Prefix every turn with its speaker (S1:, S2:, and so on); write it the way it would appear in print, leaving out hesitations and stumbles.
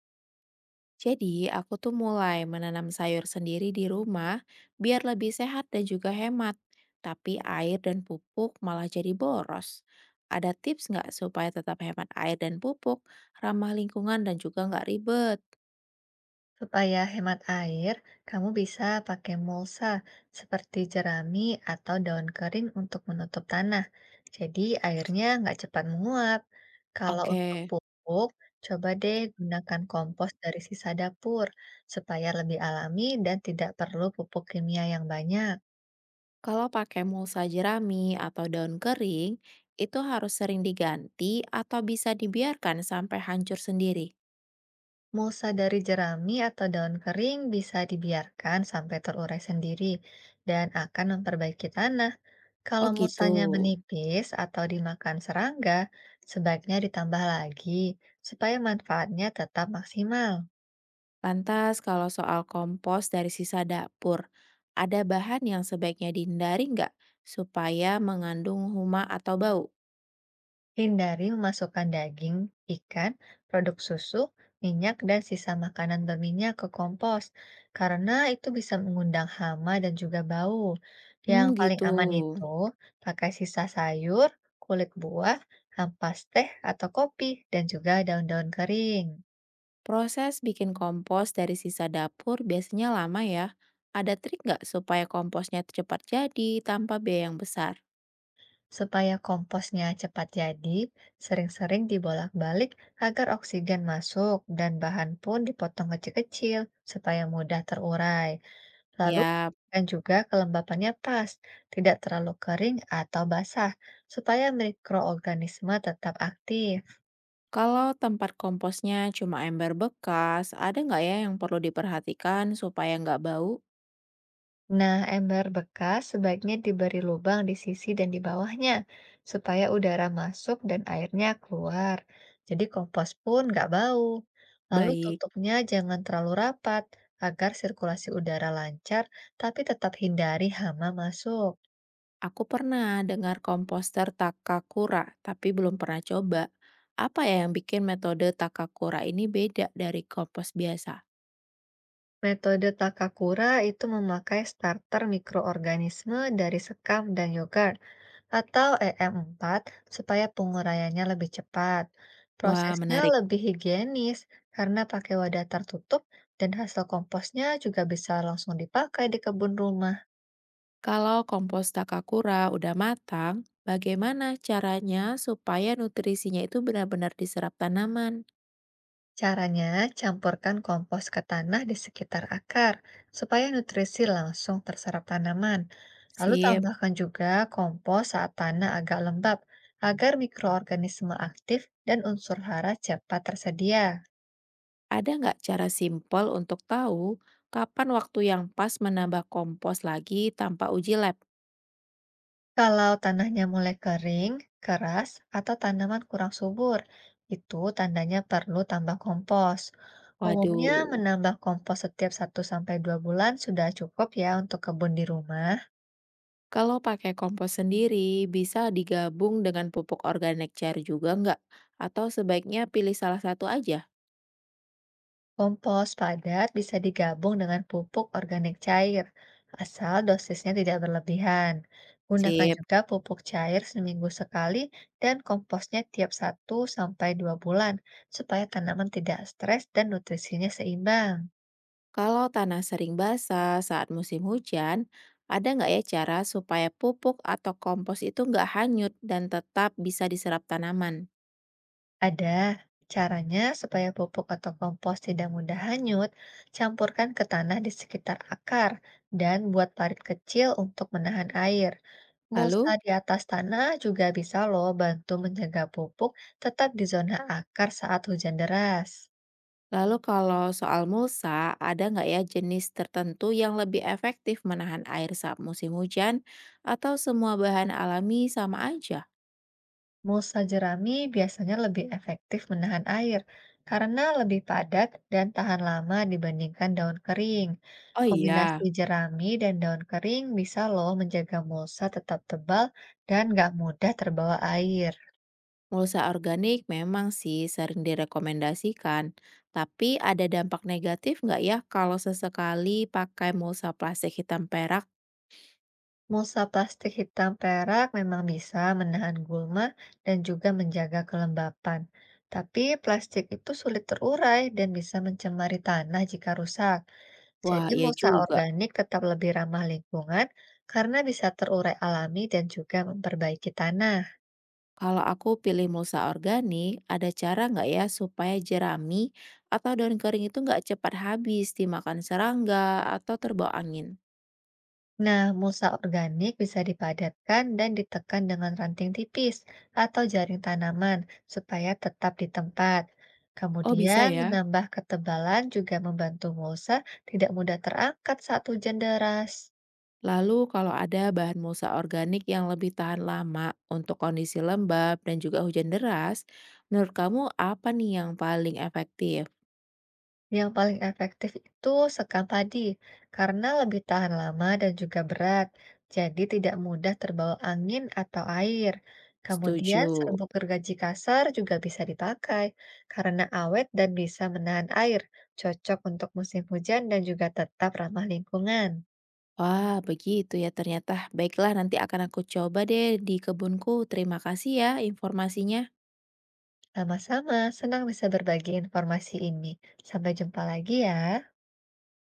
S1: Jadi, aku tuh mulai menanam sayur sendiri di rumah biar lebih sehat dan juga hemat. Tapi air dan pupuk malah jadi boros. Ada tips nggak supaya tetap hemat air dan pupuk, ramah lingkungan dan juga nggak ribet?
S2: Supaya hemat air, kamu bisa pakai mulsa seperti jerami atau daun kering untuk menutup tanah. Jadi airnya nggak cepat menguap. Kalau
S1: Oke,
S2: untuk pupuk, coba deh gunakan kompos dari sisa dapur supaya lebih alami dan tidak perlu pupuk kimia yang banyak.
S1: kalau pakai mulsa jerami atau daun kering, itu harus sering diganti atau bisa dibiarkan sampai hancur sendiri.
S2: Mulsa dari jerami atau daun kering bisa dibiarkan sampai terurai sendiri dan akan memperbaiki tanah.
S1: Oh
S2: Kalau
S1: gitu.
S2: musanya menipis atau dimakan serangga, sebaiknya ditambah lagi supaya manfaatnya tetap maksimal.
S1: Lantas kalau soal kompos dari sisa dapur, ada bahan yang sebaiknya dihindari nggak supaya mengandung huma atau bau?
S2: Hindari memasukkan daging, ikan, produk susu, minyak, dan sisa makanan berminyak ke kompos, karena itu bisa mengundang hama dan juga bau. Yang
S1: Hmm,
S2: paling
S1: gitu.
S2: aman itu pakai sisa sayur, kulit buah, ampas teh atau kopi, dan juga daun-daun kering.
S1: Proses bikin kompos dari sisa dapur biasanya lama ya. Ada trik nggak supaya komposnya cepat jadi tanpa biaya yang besar?
S2: Supaya komposnya cepat jadi, sering-sering dibolak-balik agar oksigen masuk dan bahan pun dipotong kecil-kecil supaya mudah terurai. Lalu,
S1: Ya,
S2: dan juga kelembapannya pas, tidak terlalu kering atau basah, supaya mikroorganisme tetap aktif.
S1: kalau tempat komposnya cuma ember bekas, ada nggak ya yang perlu diperhatikan supaya nggak bau?
S2: Nah, ember bekas sebaiknya diberi lubang di sisi dan di bawahnya, supaya udara masuk dan airnya keluar. Jadi kompos pun nggak bau. Lalu
S1: Baik.
S2: tutupnya jangan terlalu rapat, agar sirkulasi udara lancar, tapi tetap hindari hama masuk.
S1: Aku pernah dengar komposter Takakura, tapi belum pernah coba. Apa ya yang bikin metode Takakura ini beda dari kompos biasa?
S2: Metode Takakura itu memakai starter mikroorganisme dari sekam dan yogurt atau EM4 supaya penguraiannya lebih cepat.
S1: Wah,
S2: Prosesnya
S1: menarik.
S2: lebih higienis karena pakai wadah tertutup dan hasil komposnya juga bisa langsung dipakai di kebun rumah.
S1: Kalau kompos Takakura udah matang, bagaimana caranya supaya nutrisinya itu benar-benar diserap tanaman?
S2: Caranya, campurkan kompos ke tanah di sekitar akar supaya nutrisi langsung terserap tanaman. Lalu
S1: Sip,
S2: tambahkan juga kompos saat tanah agak lembab agar mikroorganisme aktif dan unsur hara cepat tersedia.
S1: ada nggak cara simpel untuk tahu kapan waktu yang pas menambah kompos lagi tanpa uji lab?
S2: Kalau tanahnya mulai kering, keras, atau tanaman kurang subur, itu tandanya perlu tambah kompos. Oh, umumnya
S1: Waduh.
S2: menambah kompos setiap satu sampai dua bulan sudah cukup ya untuk kebun di rumah.
S1: Kalau pakai kompos sendiri, bisa digabung dengan pupuk organik cair juga nggak? Atau sebaiknya pilih salah satu aja?
S2: Kompos padat bisa digabung dengan pupuk organik cair, asal dosisnya tidak berlebihan. Gunakan
S1: Sip.
S2: juga pupuk cair seminggu sekali dan komposnya tiap satu sampai dua bulan supaya tanaman tidak stres dan nutrisinya seimbang.
S1: Kalau tanah sering basah saat musim hujan, ada nggak ya cara supaya pupuk atau kompos itu nggak hanyut dan tetap bisa diserap tanaman?
S2: Ada caranya supaya pupuk atau kompos tidak mudah hanyut, campurkan ke tanah di sekitar akar dan buat parit kecil untuk menahan air. Mulsa
S1: Lalu,
S2: di atas tanah juga bisa loh bantu menjaga pupuk tetap di zona akar saat hujan deras.
S1: kalau soal mulsa, ada nggak ya jenis tertentu yang lebih efektif menahan air saat musim hujan? Atau semua bahan alami sama aja?
S2: Musa jerami biasanya lebih efektif menahan air karena lebih padat dan tahan lama dibandingkan daun kering.
S1: Oh
S2: Kombinasi
S1: iya,
S2: jerami dan daun kering bisa loh menjaga mulsa tetap tebal dan nggak mudah terbawa air.
S1: Pulsa organik memang sih sering direkomendasikan, tapi ada dampak negatif nggak ya kalau sesekali pakai mulsa plastik hitam perak?
S2: Mulsa plastik hitam perak memang bisa menahan gulma dan juga menjaga kelembapan. Tapi plastik itu sulit terurai dan bisa mencemari tanah jika rusak.
S1: Wah,
S2: Jadi
S1: iya
S2: mulsa
S1: juga.
S2: organik tetap lebih ramah lingkungan karena bisa terurai alami dan juga memperbaiki tanah.
S1: Kalau aku pilih mulsa organik, ada cara nggak ya supaya jerami atau daun kering itu nggak cepat habis dimakan serangga atau terbawa angin?
S2: Nah, mulsa organik bisa dipadatkan dan ditekan dengan ranting tipis atau jaring tanaman supaya tetap di tempat.
S1: Oh, bisa
S2: Kemudian
S1: ya.
S2: menambah ketebalan juga membantu mulsa tidak mudah terangkat saat hujan deras.
S1: Lalu kalau ada bahan mulsa organik yang lebih tahan lama untuk kondisi lembab dan juga hujan deras, menurut kamu apa nih yang paling efektif?
S2: Yang paling efektif itu sekam padi, karena lebih tahan lama dan juga berat, jadi tidak mudah terbawa angin atau air.
S1: Setuju.
S2: Kemudian serbuk gergaji kasar juga bisa dipakai, karena awet dan bisa menahan air, cocok untuk musim hujan dan juga tetap ramah lingkungan.
S1: Wah, begitu ya ternyata. Baiklah, nanti akan aku coba deh di kebunku. Terima kasih ya informasinya.
S2: Sama-sama, senang bisa berbagi informasi ini. Sampai jumpa lagi ya.